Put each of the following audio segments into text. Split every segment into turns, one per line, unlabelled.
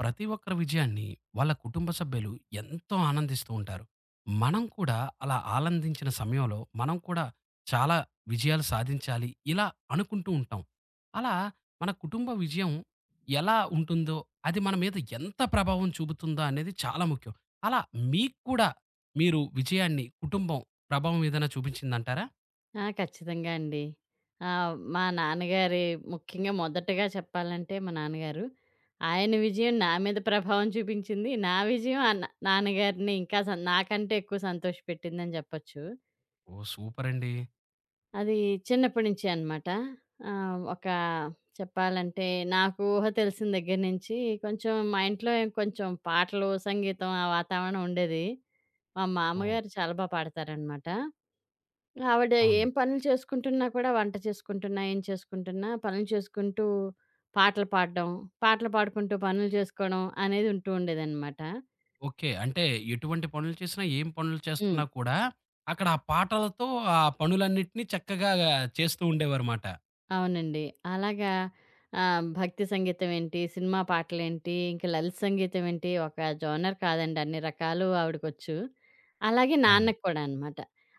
ప్రతి ఒక్కరి విజయాన్ని వాళ్ళ కుటుంబ సభ్యులు ఎంతో ఆనందిస్తూ ఉంటారు. మనం కూడా అలా ఆనందించిన సమయంలో మనం చాలా విజయాలు సాధించాలి ఇలా అనుకుంటూ ఉంటాం. అలా మన కుటుంబ విజయం ఎలా ఉంటుందో, అది మన మీద ఎంత ప్రభావం చూపుతుందో అనేది చాలా ముఖ్యం. అలా మీకు కూడా మీరు విజయాన్ని కుటుంబం ప్రభావం ఏదైనా చూపించిందంటారా?
ఆ! ఖచ్చితంగా అండి. మా నాన్నగారి ముఖ్యంగా మొదటగా చెప్పాలంటే మా నాన్నగారు. ఆయన విజయం నా మీద ప్రభావం చూపించింది. నా విజయం ఆ నా నాన్నగారిని ఇంకా నాకంటే ఎక్కువ సంతోషపెట్టిందని చెప్పొచ్చు.
ఓహ్! సూపరండి.
అది చిన్నప్పటి నుంచే అనమాట. ఒక చెప్పాలంటే నాకు ఊహ తెలిసిన దగ్గర నుంచి కొంచెం మా ఇంట్లో ఏం కొంచెం పాటలు, సంగీతం ఆ వాతావరణం ఉండేది. మా
ఓహ్!
మామగారు చాలా బా పాడతారనమాట. ఆవిడ ఏం
అవునండి.
పనులు చేసుకుంటున్నా కూడా, వంట చేసుకుంటున్నా, ఏం చేసుకుంటున్నా పనులు చేసుకుంటూ పాటలు పాడడం, పాటలు పాడుకుంటూ పనులు చేసుకోవడం అనేది ఉంటూ ఉండేదనమాట.
ఓకే. అంటే ఎటువంటి పనులు చేసినా, ఏం పనులు చేస్తున్నా కూడా అక్కడ ఆ పాటలతో ఆ పనులన్నిటిని చక్కగా చేస్తూ ఉండేవారుమాట.
అవునండి. అలాగా భక్తి సంగీతమేంటి, సినిమా పాటలేంటి, ఇంక లలిత సంగీతమేంటి, ఒక జోనర్ కాదండి. అన్ని రకాలు ఆవిడకొచ్చు. అలాగే
అవునండి.
నాన్నకి కూడా అనమాట.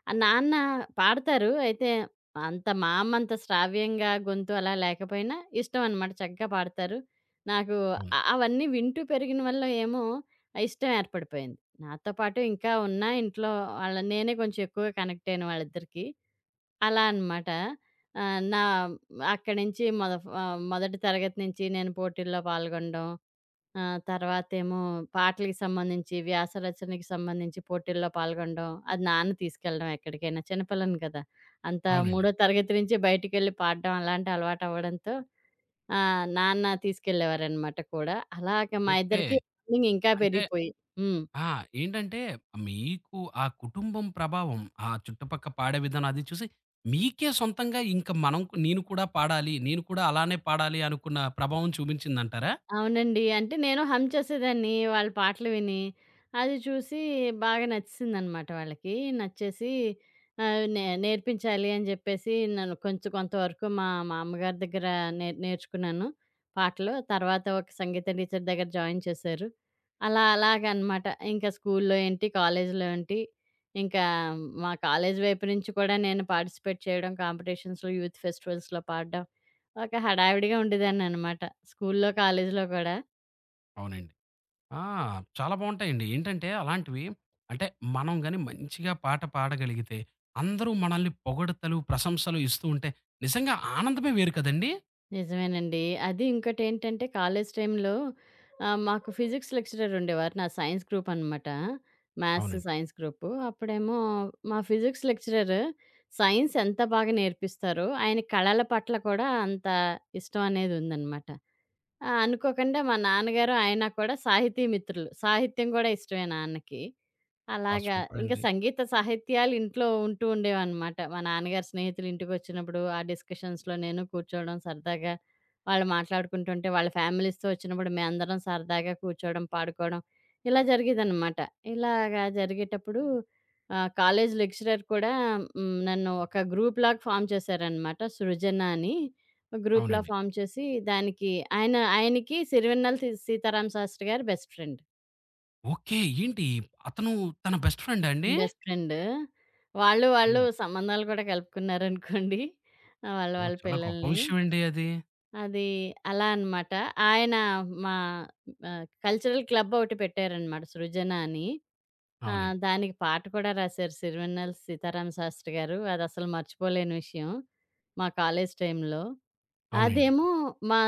ఆ నాన్న పాడతారు. అయితే అంత మా అమ్మంత శ్రావ్యంగా గొంతు అలా లేకపోయినా ఇష్టం అనమాట. చక్కగా పాడతారు. నాకు
అవును.
అవన్నీ వింటూ పెరిగిన వల్ల ఏమో ఆ ఇష్టం ఏర్పడిపోయింది. నాతో పాటు ఇంకా ఉన్నా ఇంట్లో వాళ్ళ నేనే కొంచెం ఎక్కువగా కనెక్ట్ అయిన వాళ్ళిద్దరికీ. అలా అనమాట. నా అక్కడి నుంచి మొదటి తరగతి నుంచి నేను పోటీల్లో పాల్గొనడం. తర్వాతేమో పాటలకి సంబంధించి, వ్యాస రచనకి సంబంధించి పోటీల్లో పాల్గొనడం. అది నాన్న తీసుకెళ్ళడం ఎక్కడికైనా. చిన్నపిల్లని కదా! అంత
అవునండి.
మూడో తరగతి నుంచి బయటికెళ్ళి పాడడం అలాంటి అలవాటవ్వడంతో నాన్న తీసుకెళ్ళేవారనమాట కూడా. అలాగ మా
ఓకే.
ఇద్దరికీ బాండింగ్ ఇంకా
అంటే
పెరిగిపోయి హ్మ్.
ఆ! ఏంటంటే మీకు ఆ కుటుంబం ప్రభావం, ఆ చుట్టుపక్క పాడే విధానం అది చూసి మీకే సొంతంగా ఇంక మనం నేను కూడా పాడాలి, నేను కూడా అలానే పాడాలి అనుకున్న ప్రభావం చూపించిందంటారా?
అవునండి. అంటే నేను హమ్ చేసేదాన్ని వాళ్ళ పాటలు విని. అది చూసి బాగా నచ్చేసిందనమాట వాళ్ళకి. నచ్చేసి నేర్పించాలి అని జెప్పేసి నన్ను కొంచెం కొంతవరకు మా మా అమ్మగారి దగ్గర నేర్చుకున్నాను పాటలు. తర్వాత ఒక సంగీత టీచర్ దగ్గర జాయిన్ చేశారు. అలా అలాగనమాట. ఇంకా స్కూల్లో ఏంటి, కాలేజీలో ఏంటి, ఇంకా మా కాలేజీ వైపు నుంచి కూడా నేను పార్టిసిపేట్ చేయడం, కాంపిటీషన్స్‌లో, యూత్ ఫెస్టివల్స్‌లో పాడడం ఒక హడావిడిగా ఉండేదాన్ననమాట. స్కూల్లో, కాలేజీలో కూడా.
అవునండి. ఆ! చాలా బావుంటాయండి. ఏంటంటే అలాంటివి అంటే మనం గాని మంచిగా పాట పాడగలిగితే, అందరూ మనల్ని పొగడతలు, ప్రశంసలు ఇస్తూ ఉంటే నిజంగా ఆనందమే వేరు కదండీ!
నిజమేనండి. అది ఇంకోటేంటంటే కాలేజీ టైంలో మాకు ఫిజిక్స్ లెక్చరర్ ఉండేవారు. నాది సైన్స్ గ్రూప్ అనమాట. మ్యాథ్స్,
అవునండి.
Science group. అప్పుడేమో మా ఫిజిక్స్ లెక్చరర్ సైన్స్ ఎంత బాగా నేర్పిస్తారో, ఆయన కళల పట్ల కూడా అంత ఇష్టం అనేదుందనమాట. ఆ! అనుకోకుండా మా నాన్నగారు, ఆయన కూడా సాహితీ మిత్రులు. సాహిత్యం గూడా ఇష్టమే నాన్నకి.
అబ్బా!
అలాగా
సూపర్
ఇంక
అండి.
సంగీత సాహిత్యాలు ఇంట్లో ఉంటూ ఉండేవనమాట. మా నాన్నగారి స్నేహితులు ఇంటికొచ్చినప్పుడు, ఆ డిస్కషన్స్‌లో నేను కూర్చోవడం సరదాగా, వాళ్ళు మాట్లాడుకుంటుంటే, వాళ్ళ ఫ్యామిలీస్‌తో వచ్చినప్పుడు మేమందరం సరదాగా కూర్చోవడం, పాడుకోవడం ఇలా జరిగేదనమాట. ఇలాగా జరిగేటప్పుడు కాలేజ్ లెక్చరర్ కూడా నన్ను ఒక గ్రూప్‌లాగా ఫార్మ్ చేశారనమాట 'సృజన' అని. గ్రూప్‌లా
అవునండి.
ఫార్మ్ చేసి దానికి ఆయనకి సిరివెన్నెల సీతారామ శాస్త్రి గారు బెస్ట్ ఫ్రెండ్.
ఓకే. ఏంటి అతను తన బెస్ట్ ఫ్రెండా అండి?
Best friend. వాళ్ళు
ఓహ్!
సంబంధాలు కూడా కలుపుకున్నారనుకోండి. వాళ్ళ
ఓహ్!
వాళ్ళ
చాలా గొప్ప
పిల్లల్ని.
విషయం అండి అది.
అది అలా అనమాట. ఆయన మా కల్చరల్ క్లబ్ ఒకటి పెట్టారనమాట 'సృజన' అని.
అవునండి.
దానికి పాట కూడా రాశారు 'సిరివెన్నెల సీతారామ శాస్త్రి' గారు. అదసలు మర్చిపోలేని విషయం. మా కాలేజ్ టైంలో.
అవునండి.
అదేమో మా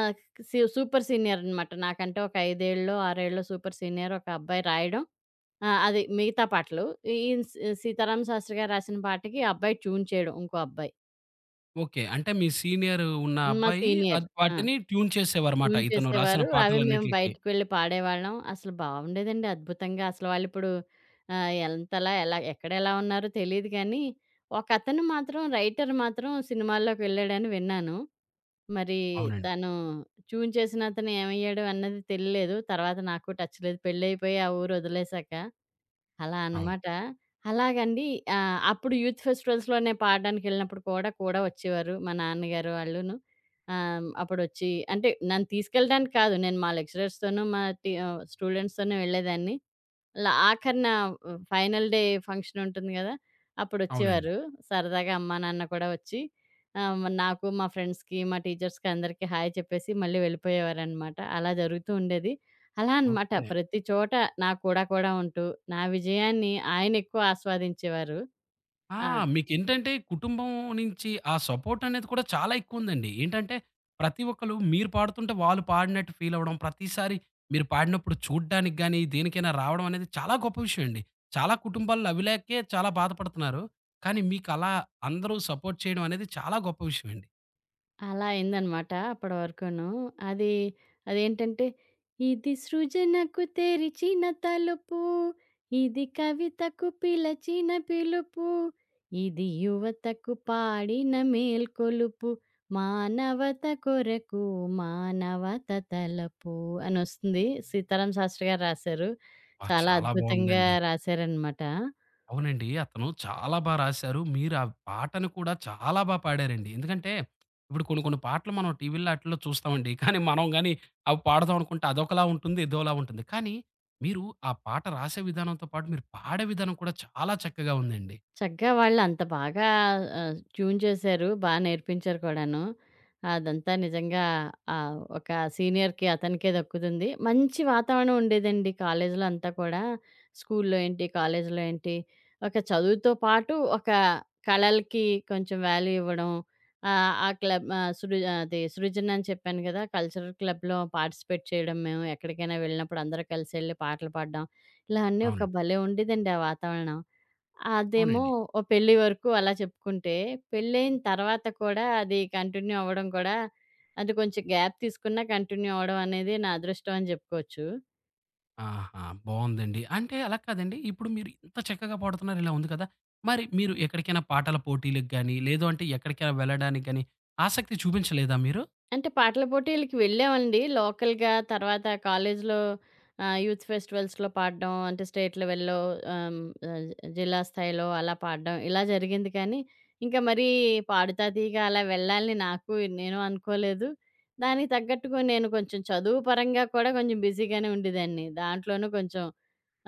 సూపర్ సీనియర్ అనమాట. నాకంటే ఒక 5 ఏళ్ళో, 6 ఏళ్ళో సూపర్ సీనియర్ ఒక అబ్బాయి రాయడం. ఆ! అది మిగతా పాటలు. ఈయన 'సీతారామ శాస్త్రి' గారు రాసిన పాటకి ఆ అబ్బాయి ట్యూన్ చేయడం ఇంకో అబ్బాయి.
ఓకే. అంటే మీ సీనియర్ ఉన్న
మా
అబ్బాయి
సీనియర్.
అద్
ఆ!
వాటిని ట్యూన్ చేసేవారమాట.
ట్యూన్
ఇతను రాసిన
చేసేవారు. అవి మేము
పాటలన్నిట్లికి.
బయటికెళ్ళి పాడేవాళ్ళం. అసలు బావుండేదండి అద్భుతంగా. అసలు వాళ్ళిప్పుడు ఎంతలా ఎలా ఎక్కడెలా ఉన్నారో తెలీదు కానీ, ఒకతను మాత్రం రైటర్ మాత్రం సినిమాల్లోకెళ్ళాడని విన్నాను. మరి
అవునండి.
తను ట్యూన్ చేసిన అతను ఏమయ్యాడు అన్నది తెలీలేదు. తర్వాత నాకు టచ్ లేదు. పెళ్ళయిపోయి ఆ ఊరు వదిలేసాక. అలా
అవును.
అనమాట. అలాగండి. అప్పుడు యూత్ ఫెస్టివల్స్‌లోనే పాడడానికెళ్ళినప్పుడు కూడా వచ్చేవారు మా నాన్నగారు వాళ్ళును. అప్పుడొచ్చి అంటే నన్ను తీసుకెళ్ళడానికి కాదు. నేను మా లెక్చరర్స్‌తోనూ, మా స్టూడెంట్స్‌తోనే వెళ్ళేదాన్ని. ఆఖరిన ఫైనల్ డే ఫంక్షన్ ఉంటుంది గదా!
అవునండి.
అప్పుడొచ్చేవారు. సరదాగా అమ్మా, నాన్న కూడా వచ్చి ఆహ్, మ నాకు, మా ఫ్రెండ్స్‌కి, మా టీచర్స్‌కి అందరికీ హాయ్ చెప్పేసి మళ్ళీ వెళ్ళిపోయేవారనమాట. అలా జరుగుతూ ఉండేది. అలా అనమాట
ఓకే.
ప్రతి చోట నా కూడా కూడా ఉంటూ, నా విజయాన్ని ఆయనెక్కువ ఆస్వాదించేవారు.
ఆ!
ఆ!
మీకేంటంటే కుటుంబం నుంచి ఆ సపోర్ట్ అనేది కూడా చాలా ఎక్కువుందండి. ఏంటంటే ప్రతి ఒక్కళ్ళు మీరు పాడుతుంటే వాళ్ళు పాడినట్టు ఫీల్ అవ్వడం, ప్రతిసారి మీరు పాడినప్పుడు చూడ్డానికి గాని, దేనికైనా రావడం అనేది చాలా గొప్ప విషయం అండి. చాలా కుటుంబాల్లో అవి లేకే చాలా బాధపడుతున్నారు. కానీ మీకలా అందరూ సపోర్ట్ చేయడం అనేది చాలా గొప్ప విషయం అండి.
అలా అయిందనమాట అప్పటి వరకును. అది అదేంటంటే, ఇది సృజనకు తెరిచిన తలుపు, ఇది కవితకు పిలచిన పిలుపు, ఇది యువతకు పాడిన మేల్కొలుపు, మానవత కొరకు మానవత తలపు అనొస్తుంది. సీతారామ శాస్త్రి గారు రాశారు.
ఆ!
చాలా
చాలా
అద్భుతంగా
బావుందండి.
రాశారనమాట.
అవునండి. అతను చాలా బా రాశారు. మీరు ఆ పాటను కూడా చాలా బా పాడారండి. ఎందుకంటే, ఇప్పుడు కొన్ని కొన్ని పాటలు మనం టీవీల్లో ఆటిల్లో చూస్తామండి. కానీ మనం గాని అవి పాడదాం అనుకుంటే అదొకలా ఉంటుంది, ఇదోలా ఉంటుంది. కానీ మీరు ఆ పాట రాసే విధానంతో పాటు మీరు పాడే విధానం కూడా చాలా చక్కగా ఉందండి.
చక్కగా వాళ్ళంత బాగా ట్యూన్ చేశారు. బా నేర్పించారు కూడాను. అదంతా నిజంగా ఒక సీనియర్‌కి అతనికే దక్కుతుంది. మంచి వాతావరణం ఉండేదండి కాలేజీలో అంతా కూడా. స్కూల్లో ఏంటి, కాలేజీలో ఏంటి, ఒక చదువుతో పాటు ఒక కళలకి కొంచెం వాల్యూ ఇవ్వడం. ఆహ్, ఆ క్లబ్ ఆహ్, సృ అది సృజన అని చెప్పాను కదా! కల్చరల్ క్లబ్‌లో పార్టిసిపేట్ చేయడం మేము. ఎక్కడికైనా వెళ్ళినప్పుడు అందరూ కలిసెళ్లి పాటలు పాడడం. ఇలా అన్నీ ఒక
అవునండి.
భలే ఉండేదండి ఆ వాతావరణం. అదేమో
అవునండి.
ఓ పెళ్లి వరకు అలా చెప్పుకుంటే, పెళ్లయిన తర్వాత కూడా అది కంటిన్యూ అవ్వడం కూడా, అది కొంచెం గ్యాప్ తీసుకున్నా కంటిన్యూ అవ్వడం అనేది నా అదృష్టం అని జెప్పుకోవచ్చు.
ఆహా! బావుందండి. అంటే అలా కాదండి. ఇప్పుడు మీరు ఇంత చక్కగా పాడుతున్నారు ఇలా ఉంది కదా! మరి మీరు ఎక్కడికైనా పాటల పోటీలకు గాని, లేదు అంటే ఎక్కడికైనా వెళ్ళడానికి గాని ఆసక్తి చూపించలేదా మీరు?
అంటే పాటల పోటీలకి వెళ్ళామండి. లోకల్‌గా తర్వాత కాలేజీలో యూత్ ఫెస్టివల్స్‌లో పాడడం అంటే స్టేట్ లెవెల్‌లో ఆహ్, ఆహ్, జిల్లా స్థాయిలో అలా పాడడం ఇలా జరిగింది కానీ, ఇంకా మరీ పాడుతా తీగ అలా వెళ్ళాలని నాకు నేను అనుకోలేదు. దానికి తగ్గట్టుగా నేను కొంచెం చదువు పరంగా కూడా కొంచెం బిజీగానే ఉండేదాన్ని. దాంట్లోనూ కొంచెం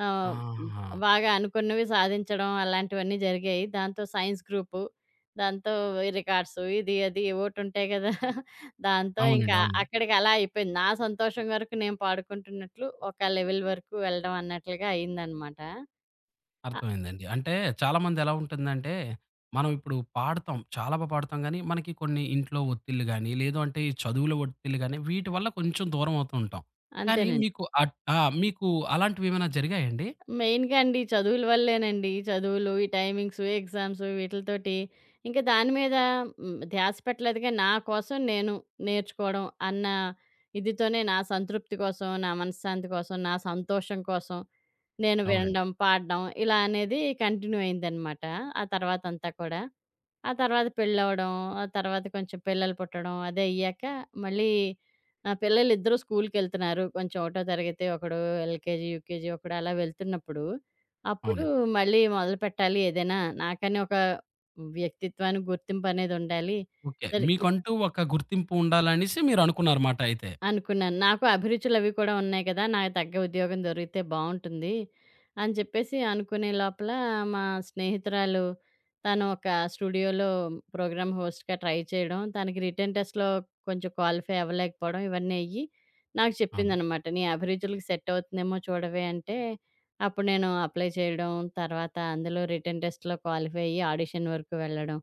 ఆహ్,
ఆహా!
బాగా అనుకున్నవి సాధించడం అలాంటివన్నీ జరిగాయి. దాంతో సైన్స్ గ్రూపు, దాంతో ఈ రికార్డ్స్ ఇది అది ఏవోటి ఉంటాయి కదా! దాంతో
అవునండి.
ఇంకా
అవును.
అక్కడికలా అయిపోయింది. నా సంతోషం వరకు నేను పాడుకుంటున్నట్లు, ఒక లెవెల్ వరకు వెళ్ళడం అన్నట్లుగా అయిందనమాట. అ
అర్థమైందండి. అంటే చాలామంది ఎలా ఉంటుందంటే, మనం ఇప్పుడు పాడతాం. చాలా బా పాడతాం గానీ, మనకి కొన్ని ఇంట్లో ఒత్తిళ్ళు గానీ, లేదు అంటే ఈ చదువుల ఒత్తిళ్ళు గానీ, వీటి వల్ల కొంచెం దూరం అవుతూ ఉంటాం. కానీ
అంతేనండి.
మీకు అట్ ఆ! మీకు అలాంటివేమైనా జరిగాయండి?
మెయిన్‌గా అండి చదువుల వల్లేనండి. చదువులు, ఈ టైమింగ్స్, ఎగ్జామ్స్ వీటిలతోటి ఇంకా దాని మీద ధ్యాస పెట్టలేదు గానీ, నా కోసం నేను నేర్చుకోవడం అన్న ఇదితోనే నా సంతృప్తి కోసం, నా మనశ్శాంతి కోసం, నా సంతోషం కోసం నేను
అవునండి.
వినడం, పాడడం ఇలా అనేది కంటిన్యూ అయిందనమాట. ఆ తర్వాతంతా కూడా. ఆ తర్వాత పెళ్ళవ్వడం, ఆ తర్వాత కొంచెం పిల్లలు పుట్టడం అదయ్యాక మళ్ళీ ఆ! పిల్లలిద్దరూ స్కూలుకెళ్తున్నారు. కొంచెం ఒకటో తరగతి ఒకడు ఎల్‌కేజీ, యూకేజీ ఒకడు అలా వెళ్తున్నప్పుడు, అప్పుడు
అవునండి.
మళ్ళీ మొదలుపెట్టాలి ఏదైనా. నాకని ఒక వ్యక్తిత్వానికి గుర్తింపనేదుండాలి.
ఓకే.
సరే
మీకంటూ ఒక గుర్తింపు ఉండాలనేసి మీరనుకున్నారమాట అయితే.
అనుకున్నాను. నాకు అభిరుచులవి కూడా ఉన్నాయి కదా! నాకు తగ్గ ఉద్యోగం దొరికితే బావుంటుంది. అని చెప్పేసి అనుకునే లోపల మా స్నేహితురాలు తను ఒక స్టూడియోలో ప్రోగ్రామ్ హోస్ట్‌గా ట్రై చేయడం, తనకి రిటెన్ టెస్ట్‌లో కొంచెం క్వాలిఫై అవ్వలేకపోవడం ఇవన్నీ అయ్యి నాకు
అవును.
చెప్పిందనమాట. "నీ అభిరుచులకి సెట్ అవుతుందేమో చూడవే" అంటే అప్పుడు నేను అప్లై చేయడం, తర్వాత అందులో రిటెన్ టెస్ట్‌లో క్వాలిఫై అయ్యి ఆడిషన్ వరకు వెళ్ళడం.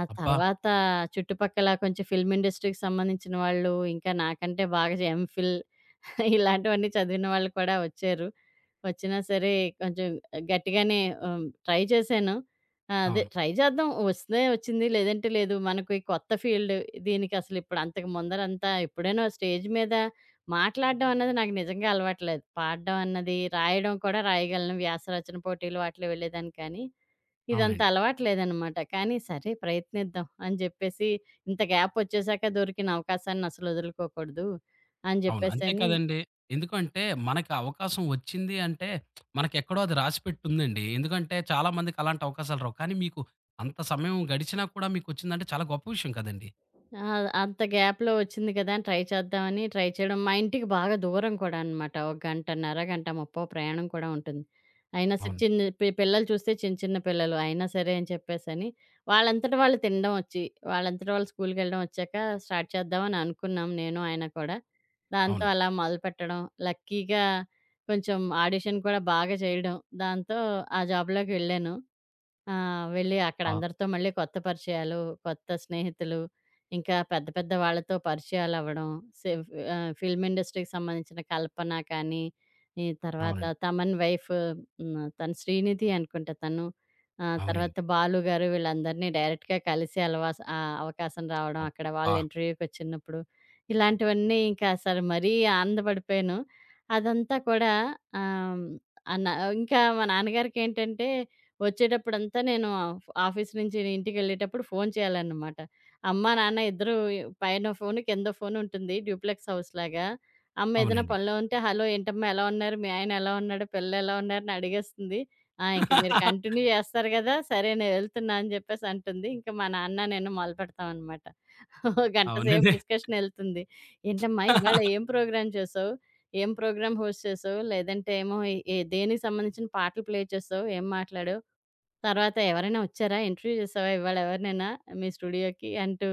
ఆ
అబ్బా!
తర్వాత చుట్టుపక్కల కొంచెం ఫిల్మ్ ఇండస్ట్రీకి సంబంధించిన వాళ్ళు, ఇంకా నాకంటే బాగా ఎంఫిల్ ఇలాంటివన్నీ చదివిన వాళ్ళు కూడా వచ్చారు. వచ్చినా సరే కొంచెం గట్టిగానే ట్రై చేశాను. అదే
అవును.
ట్రై చేద్దాం వస్తే వచ్చింది లేదంటే లేదు. మనకి కొత్త ఫీల్డ్ దీనికసలు ఇప్పుడు అంతకు ముందరంతా ఎప్పుడైనా స్టేజ్ మీద మాట్లాడడం అన్నది నాకు నిజంగా అలవాట్లేదు. పాడడం అన్నది, రాయడం కూడా రాయగలను. వ్యాస రచన పోటీలు వాటిలో వెళ్ళేదాన్ని కానీ ఇదంత
అవునండి.
అలవాట్లేదనమాట. కానీ సరే ప్రయత్నిద్దాం అని జెప్పేసి ఇంత గ్యాపొచ్చేసాక దొరికిన అవకాశాన్నసలు వదులుకోకూడదు అని
అవును. అంతే
జెప్పేసని
కదండీ. ఎందుకంటే మనకి ఆ అవకాశం వచ్చింది అంటే మనకెక్కడో అది రాసిపెట్టుందండి. ఎందుకంటే చాలా మందికి అలాంటి అవకాశాలు రావు. కానీ మీకు అంత సమయం గడిచినా కూడా మీకొచ్చిందంటే చాలా గొప్ప విషయం కదండీ.
ఆ! అంత గ్యాప్‌లో వచ్చింది కదా! అని ట్రై చేద్దామని ట్రై చేయడం. మా ఇంటికి బాగా దూరం కూడా అనమాట. ఒక గంటన్నర, గంట ముప్పో ప్రయాణం కూడా ఉంటుంది. అయినా సరే
అవును.
చిన్న పి పిల్లలు చూస్తే చిన్న చిన్న పిల్లలు. అయినా సరే అని చెప్పేసని వాళ్ళంతట వాళ్ళు తినడం వచ్చి, వాళ్ళంతట వాళ్ళు స్కూల్‌కెళ్ళడం వచ్చాక స్టార్ట్ చేద్దామని అనుకున్నాం నేను, ఆయన కూడా. దాంతో
అవునండి.
అలా మొదలుపెట్టడం, లక్కీగా కొంచెం ఆడిషన్ కూడా బాగా చేయడం. దాంతో ఆ జాబ్‌లోకి వెళ్ళాను. ఆ! వెళ్ళి అక్కడ
ఆ!
అందరితో మళ్ళీ కొత్త పరిచయాలు, కొత్త స్నేహితులు, ఇంకా పెద్ద పెద్ద వాళ్ళతో పరిచయాలవ్వడం. సెవ్ ఫిల్మ్ ఇండస్ట్రీకి సంబంధించిన కల్పన కానీ, ఈ తర్వాత
అవునండి.
తమన్ వైఫ్ తను శ్రీనిధి అనుకుంటా తను. తర్వాత
అవునండి.
బాలు గారు వీళ్ళందరినీ డైరెక్ట్‌గా కలిసే అవకాశం రావడం అక్కడ
అబ్బా!
వాళ్ళు ఇంటర్వ్యూకొచ్చినప్పుడు. ఇలాంటివన్నీ ఇంకా అసలు మరీ ఆనందపడిపోయాను. అదంతా కూడా ఆహ్, హ్మ్. ఆహ్, నా ఇంకా మా నాన్నగారికేంటంటే వచ్చేటప్పుడంతా నేను ఆఫీస్ నుంచి ఇంటికెళ్ళేటప్పుడు ఫోను చేయాలనమాట. అమ్మ, నాన్న ఇద్దరూ పైనో ఫోను, కిందో ఫోనుంటుంది డ్యూప్లెక్స్ హౌస్‌లాగా. అమ్మ ఏదైనా
అవునండి.
పనిలో ఉంటే, "హలో! ఏంటమ్మా ఎలా ఉన్నారు? మీ ఆయన ఎలా ఉన్నాడు? పిల్లలెలా ఉన్నారని?" అడిగేస్తుంది. ఆ! ఇంక మీరు కంటిన్యూ జేస్తారు గదా! సరే నేను వెళ్తున్నా అని జెప్పేసంటుంది. ఇంక మా నాన్న, నేను మొదలుపెడతామనమాట. ఓ గంట సేపు
అవునండి.
డిస్కషనెళ్తుంది. "ఏంటమ్మా ఇవాళ ఏం ప్రోగ్రామ్ చేసావు? ఏం ప్రోగ్రామ్ హోస్ట్ చేసావు? లేదంటే ఏమో ఏ ఏ- దేనికి సంబంధించిన పాటలు ప్లే చేసావు? ఏం మాట్లాడావు?" తర్వాత ఎవరైనా వచ్చారా? ఇంటర్వ్యూ చేసావా ఇవాళ ఎవరినైనా మీ స్టూడియోకి? అంటూ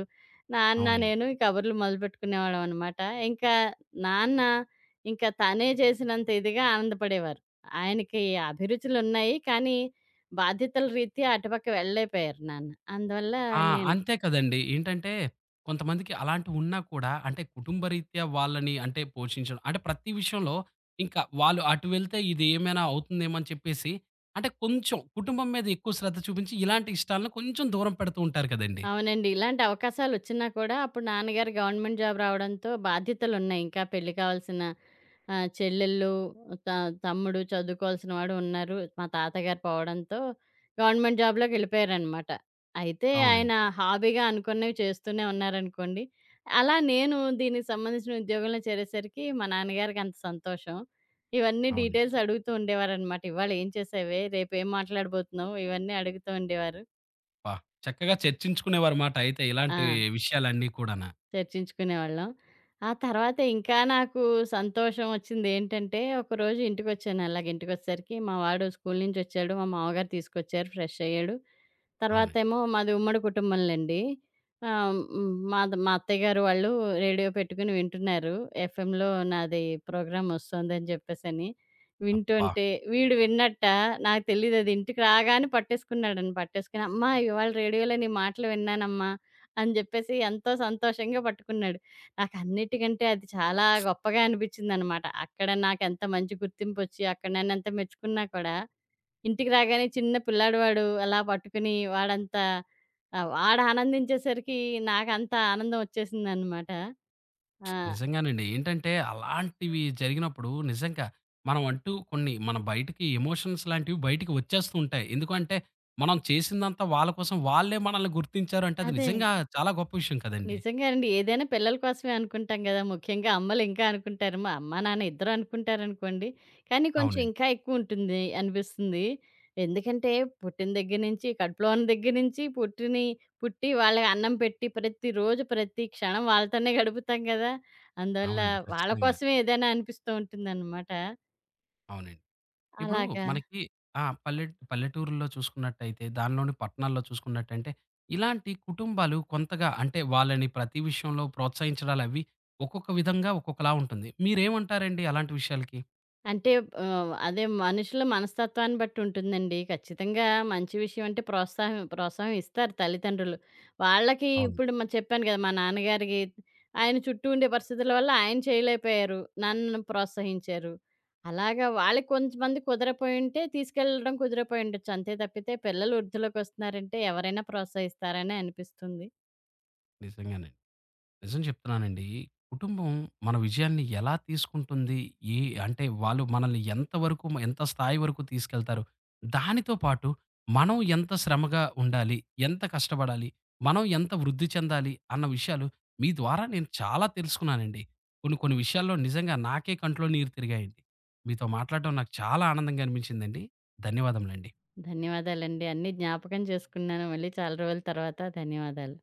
నాన్న,
అవునండి.
నేను ఈ కబుర్లు మొదలుపెట్టుకునేవాళ్ళం అనమాట. ఇంకా నాన్న ఇంకా తనే చేసినంత ఇదిగా ఆనందపడేవారు. ఆయనకి అభిరుచులున్నాయి. కానీ, బాధ్యతల రీత్యా అటుపక్క వెళ్ళలేకపోయారు నాన్న. అందువల్ల
ఆ!
నేను
అంతే కదండీ. ఏంటంటే, కొంతమందికి అలాంటివున్నా కూడా అంటే, కుటుంబరీత్యా వాళ్ళని అంటే పోషించడం అంటే ప్రతి విషయంలో ఇంకా వాళ్ళు అటు వెళ్తే ఇది ఏమైనా అవుతుందేమో అని చెప్పేసి, అంటే కొంచెం కుటుంబం మీద ఎక్కువ శ్రద్ధ చూపించి, ఇలాంటి ఇష్టాలను కొంచెం దూరం పెడుతూ ఉంటారు కదండీ.
అవునండి. ఇలాంటి అవకాశాలొచ్చినా కూడా అప్పుడు నాన్నగారు గవర్నమెంట్ జాబ్ రావడంతో బాధ్యతలున్నాయి. ఇంకా పెళ్లి కావాల్సిన చెల్లెళ్ళు, త తమ్ముడు చదువుకోవాల్సిన వాడు ఉన్నారు. మా తాతగారు పోవడంతో గవర్నమెంట్ జాబ్‌లోకెళ్ళిపోయారనమాట. అయితే ఆయన
అవునండి.
హాబీగా అనుకున్నవి చేస్తూనే ఉన్నారనుకోండి. అలా నేను దీనికి సంబంధించిన ఉద్యోగంలో చేరేసరికి మా నాన్నగారికి అంత సంతోషం. ఇవన్నీ
అవునండి.
డీటెయిల్స్ అడుగుతూ ఉండేవారనమాట. "ఇవాళ ఏం చేసావే? రేపు ఏం మాట్లాడబోతున్నావు?" ఇవన్నీ అడుగుతూ ఉండేవారు.
అబ్బా! చక్కగా చర్చించుకునేవారుమాట అయితే
ఆ!
ఇలాంటి విషయాలన్నీ కూడాన.
చర్చించుకునేవాళ్ళం. ఆ తర్వాత ఇంకా నాకు సంతోషం వచ్చిందేంటంటే, ఒకరోజు ఇంటికొచ్చాను అలాగ ఇంటికొచ్చేసరికి మా వాడు స్కూలు నుంచొచ్చాడు. మా మామగారు తీసుకొచ్చారు. ఫ్రెష్ అయ్యాడు.
అవునండి.
తర్వాతేమో మాది ఉమ్మడి కుటుంబంలెండి. ఆహ్, హ్మ్. మాది మా అత్తయ్య గారు వాళ్ళు రేడియో పెట్టుకొని వింటున్నారు. ఎఫ్ఎంలో నాది ప్రోగ్రామ్ ఒస్తోందని జెప్పేసని.
అబ్బా!
వింటుంటే వీడు విన్నట్ట నాకు తెలీదది. ఇంటికి రాగానే పట్టేసుకున్నాడని. పట్టేసుకొని, "అమ్మా! ఇవాళ రేడియోలో నీ మాటలు విన్నానమ్మా" అని జెప్పేసి ఎంతో సంతోషంగా పట్టుకున్నాడు. నాకన్నిటికంటే అది చాలా గొప్పగా అనిపిచ్చిందనమాట. అక్కడ నాకెంత మంచి గుర్తింపొచ్చి అక్కడ నన్నెంత మెచ్చుకున్నా కూడా ఇంటికి రాగానే చిన్న పిల్లాడు వాడు అలా పట్టుకుని వాడంత వాడు ఆనందించేసరికి నాకంత ఆనందం వచ్చేసిందనమాట. ఆ!
నిజంగానండి. ఏంటంటే అలాంటివి జరిగినప్పుడు నిజంగా మనం అంటూ కొన్ని మన బయటికి ఎమోషన్స్ లాంటివి బయటికి వచ్చేస్తూ ఉంటాయి. ఎందుకంటే మనం చేసిందంతా వాళ్ళ కోసం వాళ్ళే మనల్ని గుర్తించారు అంటే అది
అదే.
నిజంగా చాలా గొప్ప విషయం కదండీ!
నిజంగా అండి. ఏదైనా పిల్లల కోసమే అనుకుంటాం గదా! ముఖ్యంగా అమ్మలు ఇంకా అనుకుంటారు. మా అమ్మ, నాన్న ఇద్దరు అనుకుంటారనుకోండి. కానీ కొంచెం
అవునండి.
ఇంకా ఎక్కువుంటుంది అనిపిస్తుంది. ఎందుకంటే పుట్టిన దగ్గర నుంచి, కడుపులో ఉన్న దగ్గర నుంచి పుట్టి వాళ్ళకి అన్నం పెట్టి ప్రతిరోజు, ప్రతి క్షణం వాళ్ళతోనే గడుపుతాం గదా! అందువల్ల
అవునండి.
వాళ్ళ
ఖచ్చితంగా.
కోసమే ఏదైనా అనిపిస్తూ ఉంటుందన్నమాట.
అవునండి. ఇప్పుడు
అలాగా.
మనకి ఆ! పల్లెటూరుల్లో చూసుకున్నట్టయితే దానిలోని పట్టణాల్లో చూసుకున్నట్టంటే ఇలాంటి కుటుంబాలు కొంతగా అంటే వాళ్ళని ప్రతి విషయంలో ప్రోత్సహించడాలవి ఒక్కొక్క విధంగా ఒక్కొక్కలా ఉంటుంది. మీరేమంటారండి అలాంటి విషయాలకి?
అంటే అదే మనుషుల మనస్తత్వాన్ని బట్టి ఉంటుందండి. ఖచ్చితంగా మంచి విషయం అంటే ప్రోత్సాహం ప్రోత్సాహం ఇస్తారు తల్లిదండ్రులు. వాళ్ళకి
అవును.
ఇప్పుడు చెప్పాను కదా! మా నాన్నగారికి ఆయన చుట్టూ ఉండే పరిస్థితుల వల్ల ఆయన చేయలేకపోయారు. నన్ను ప్రోత్సహించారు. అలాగా వాళ్ళకి కొంతమంది కుదరపోయి ఉంటే తీసుకెళ్ళడం కుదిరిపోయి ఉండొచ్చు. అంతే తప్పితే పిల్లలు వృద్ధిలోకి వస్తున్నారంటే ఎవరైనా ప్రోత్సహిస్తారనే అనిపిస్తుంది.
నిజంగానే. నిజం చెప్తున్నానండి. కుటుంబం మన విజయాన్ని ఎలా తీసుకుంటుంది? ఏ అంటే వాళ్ళు మనల్ని ఎంతవరకు ఎంత స్థాయి వరకు తీసుకెళ్తారు? దానితో పాటు మనం ఎంత శ్రమగా ఉండాలి? ఎంత కష్టపడాలి? మనం ఎంత వృద్ధి చెందాలి? అన్న విషయాలు మీ ద్వారా నేను చాలా తెలుసుకున్నానండి. కొన్ని కొన్ని విషయాల్లో నిజంగా నాకే కంట్లో నీరు తిరిగాయండి. మీతో మాట్లాడడం నాకు చాలా ఆనందంగా అనిపించిందండి. ధన్యవాదములండి.
ధన్యవాదాలండి. అన్నీ జ్ఞాపకం చేసుకున్నాను. మళ్ళీ చాలా రోజుల తర్వాత ధన్యవాదాలు.